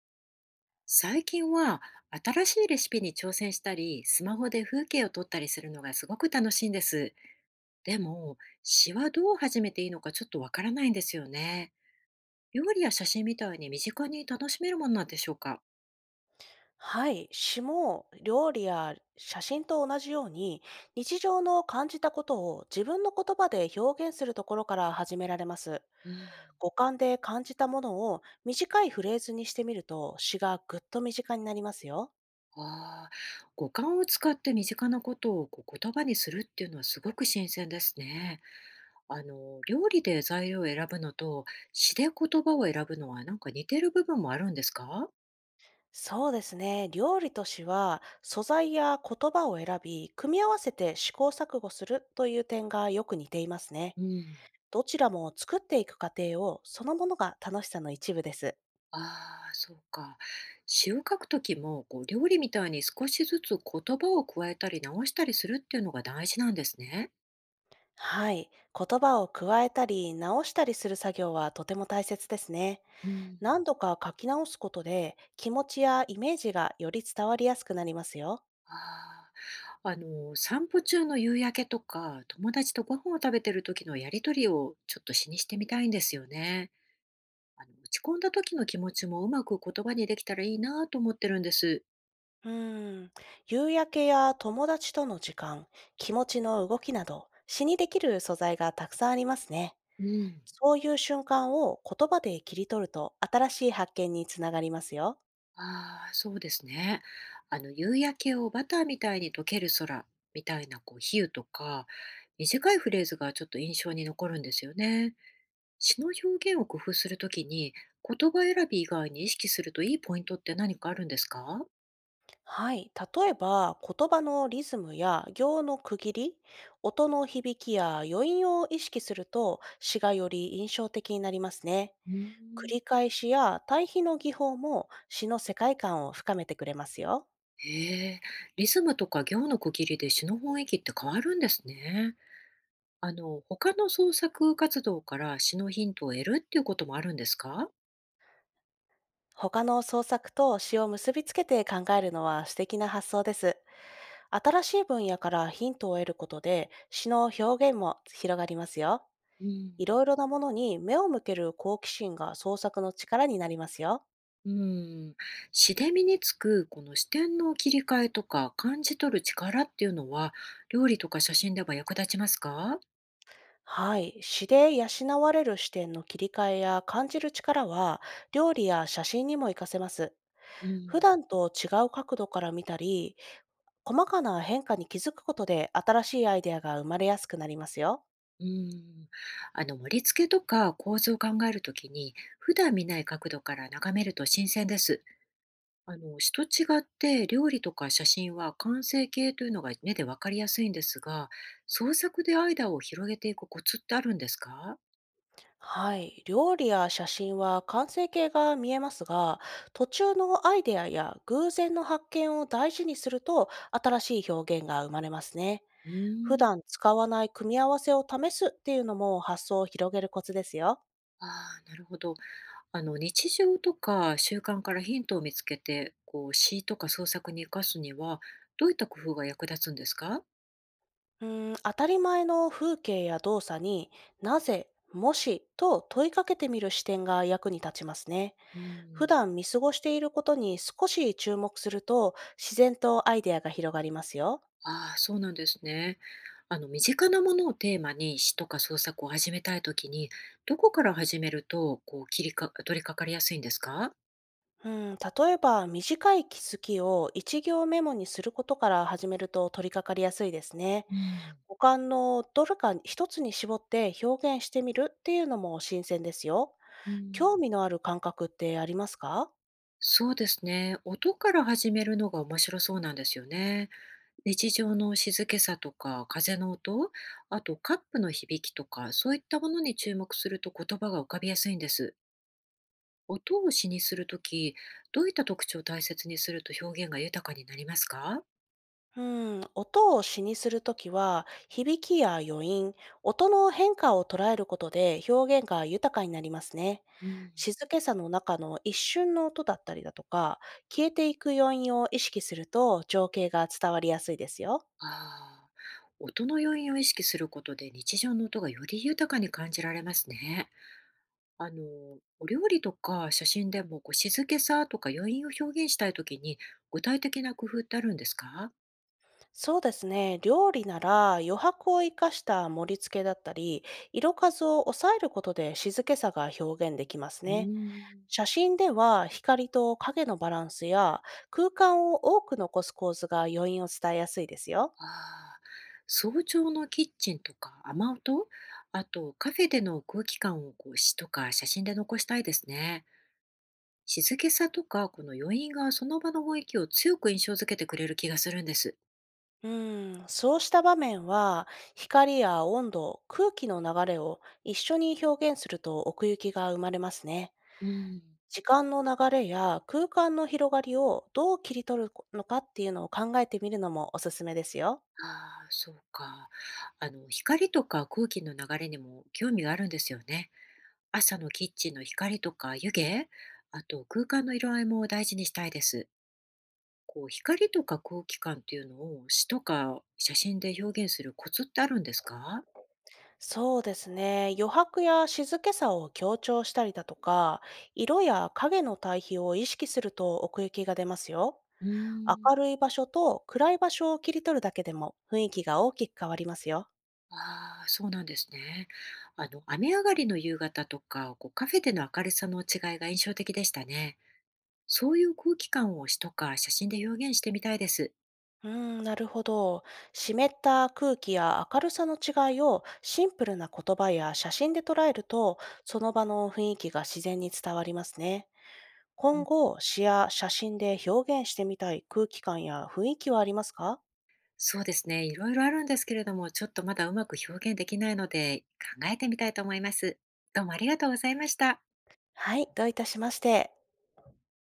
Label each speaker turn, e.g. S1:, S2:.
S1: 最近は新しいレシピに挑戦したり、スマホで風景を撮ったりするのがすごく楽しいんです。でも、詩はどう始めていいのかちょっとわからないんですよね。料理や写真みたいに身近に楽しめるものなんでしょうか。
S2: はい。詩も料理や写真と同じように、日常の感じたことを自分の言葉で表現するところから始められます。
S1: うん、
S2: 五感で感じたものを短いフレーズにしてみると、詩がぐっと身近になりますよ。
S1: ああ、五感を使って身近なことをこう言葉にするっていうのはすごく新鮮ですね。あの、料理で材料を選ぶのと詩で言葉を選ぶのはなんか似てる部分もあるんですか？
S2: そうですね。料理と詩は、素材や言葉を選び、組み合わせて試行錯誤するという点がよく似ていますね。
S1: うん。
S2: どちらも作っていく過程をそのものが楽しさの一部です。
S1: ああ、そうか。詩を書くときも、こう料理みたいに少しずつ言葉を加えたり直したりするっていうのが大事なんですね。
S2: はい。言葉を加えたり直したりする作業はとても大切ですね。
S1: うん、
S2: 何度か書き直すことで気持ちやイメージがより伝わりやすくなりますよ。
S1: ああ、あの、散歩中の夕焼けとか、友達とご飯を食べてる時のやりとりをちょっと詩にしてみたいんですよね。あの、落ち込んだ時の気持ちもうまく言葉にできたらいいなと思ってるんです。
S2: うーん。夕焼けや友達との時間、気持ちの動きなど、詩にできる素材がたくさんありますね。
S1: うん。
S2: そういう瞬間を言葉で切り取ると新しい発見につながりますよ。
S1: ああ、そうですね。あの、夕焼けをバターみたいに溶ける空みたいな、こう、比喩とか、短いフレーズがちょっと印象に残るんですよね。詩の表現を工夫するときに、言葉選び以外に意識するといいポイントって何かあるんですか？
S2: はい。例えば、言葉のリズムや行の区切り、音の響きや余韻を意識すると、詩がより印象的になりますね。
S1: うー
S2: 繰
S1: ん。
S2: り返しや対比の技法も詩の世界観を深めてくれますよ。
S1: へえ、リズムとか行の区切りで詩の雰囲気って変わるんですね。あの、他の創作活動から詩のヒントを得るっていうこともあるんですか？
S2: 他の創作と詩を結びつけて考えるのは素敵な発想です。新しい分野からヒントを得ることで、詩の表現も広がりますよ。
S1: うん。
S2: いろいろなものに目を向ける好奇心が創作の力になりますよ。
S1: うん、詩で身につくこの視点の切り替えとか感じ取る力っていうのは料理とか写真では役立ちますか？
S2: はい。詩で養われる視点の切り替えや感じる力は、料理や写真にも活かせます。
S1: う
S2: 普
S1: ん、
S2: 段と違う角度から見たり、細かな変化に気づくことで新しいアイデアが生まれやすくなりますよ。
S1: うん、あの盛り付けとか構図を考えるときに普段見ない角度から眺めると新鮮です。あの詩と違って料理とか写真は完成形というのが目でわかりやすいんですが、創作で間を広げていくコツってあるんですか？
S2: はい。料理や写真は完成形が見えますが、途中のアイデアや偶然の発見を大事にすると、新しい表現が生まれますね。
S1: うー
S2: 普
S1: ん、
S2: 段使わない組み合わせを試すっていうのも発想を広げるコツですよ。
S1: ああ、なるほど。あの日常とか習慣からヒントを見つけて、こう詩とか創作に生かすには、どういった工夫が役立つんですか？
S2: うーん、当たり前の風景や動作に、なぜ、もしと問いかけてみる視点が役に立ちますね。
S1: う
S2: 普
S1: ん。
S2: 段見過ごしていることに少し注目すると、自然とアイデアが広がりますよ。
S1: ああ、そうなんですね。あの身近なものをテーマに詩とか創作を始めたいときに、どこから始めると、こう切りか取り掛かりやすいんですか？
S2: うん、例えば短い気づきを一行メモにすることから始めると取り掛かりやすいですね。
S1: うん。
S2: 五感のどれか一つに絞って表現してみるっていうのも新鮮ですよ。
S1: うー
S2: 興
S1: ん。
S2: 味のある感覚ってありますか？
S1: そうですね。音から始めるのが面白そうなんですよね。日常の静けさとか風の音、あとカップの響きとか、そういったものに注目すると言葉が浮かびやすいんです。音を詩にするとき、どういった特徴を大切にすると表現が豊かになりますか？
S2: うん、音を詩にするときは、響きや余韻、音の変化を捉えることで表現が豊かになりますね。
S1: うん。
S2: 静けさの中の一瞬の音だったりだとか、消えていく余韻を意識すると情景が伝わりやすいですよ。
S1: ああ、音の余韻を意識することで日常の音がより豊かに感じられますね。あの、お料理とか写真でもこう静けさとか余韻を表現したいときに具体的な工夫ってあるんですか？
S2: そうですね。料理なら余白を生かした盛り付けだったり、色数を抑えることで静けさが表現できます
S1: うー
S2: ね。
S1: ん。
S2: 写真では光と影のバランスや空間を多く残す構図が余韻を伝えやすいですよ。
S1: ああ、早朝のキッチンとか雨音、あとカフェでの空気感をこう詩とか写真で残したいですね。静けさとかこの余韻がその場の雰囲気を強く印象づけてくれる気がするんです。
S2: うん、そうした場面は、光や温度、空気の流れを一緒に表現すると奥行きが生まれますね。
S1: うん。
S2: 時間の流れや空間の広がりをどう切り取るのかっていうのを考えてみるのもおすすめですよ。
S1: ああ、そうか。あの、光とか空気の流れにも興味があるんですよね。朝のキッチンの光とか湯気、あと空間の色合いも大事にしたいです。こう光とか空気感っていうのを詩とか写真で表現するコツってあるんですか？
S2: そうですね。余白や静けさを強調したりだとか、色や影の対比を意識すると奥行きが出ますよ。
S1: うーん。
S2: 明るい場所と暗い場所を切り取るだけでも雰囲気が大きく変わりますよ。
S1: ああ、そうなんですね。あの、雨上がりの夕方とか、こうカフェでの明るさの違いが印象的でしたね。そういう空気感を詩とか写真で表現してみたいです。
S2: うーん、なるほど。湿った空気や明るさの違いをシンプルな言葉や写真で捉えると、その場の雰囲気が自然に伝わりますね。今後、詩や写真で表現してみたい空気感や雰囲気はありますか？
S1: そうですね。いろいろあるんですけれども、ちょっとまだうまく表現できないので、考えてみたいと思います。どうもありがとうございました。
S2: はい、どういたしまして。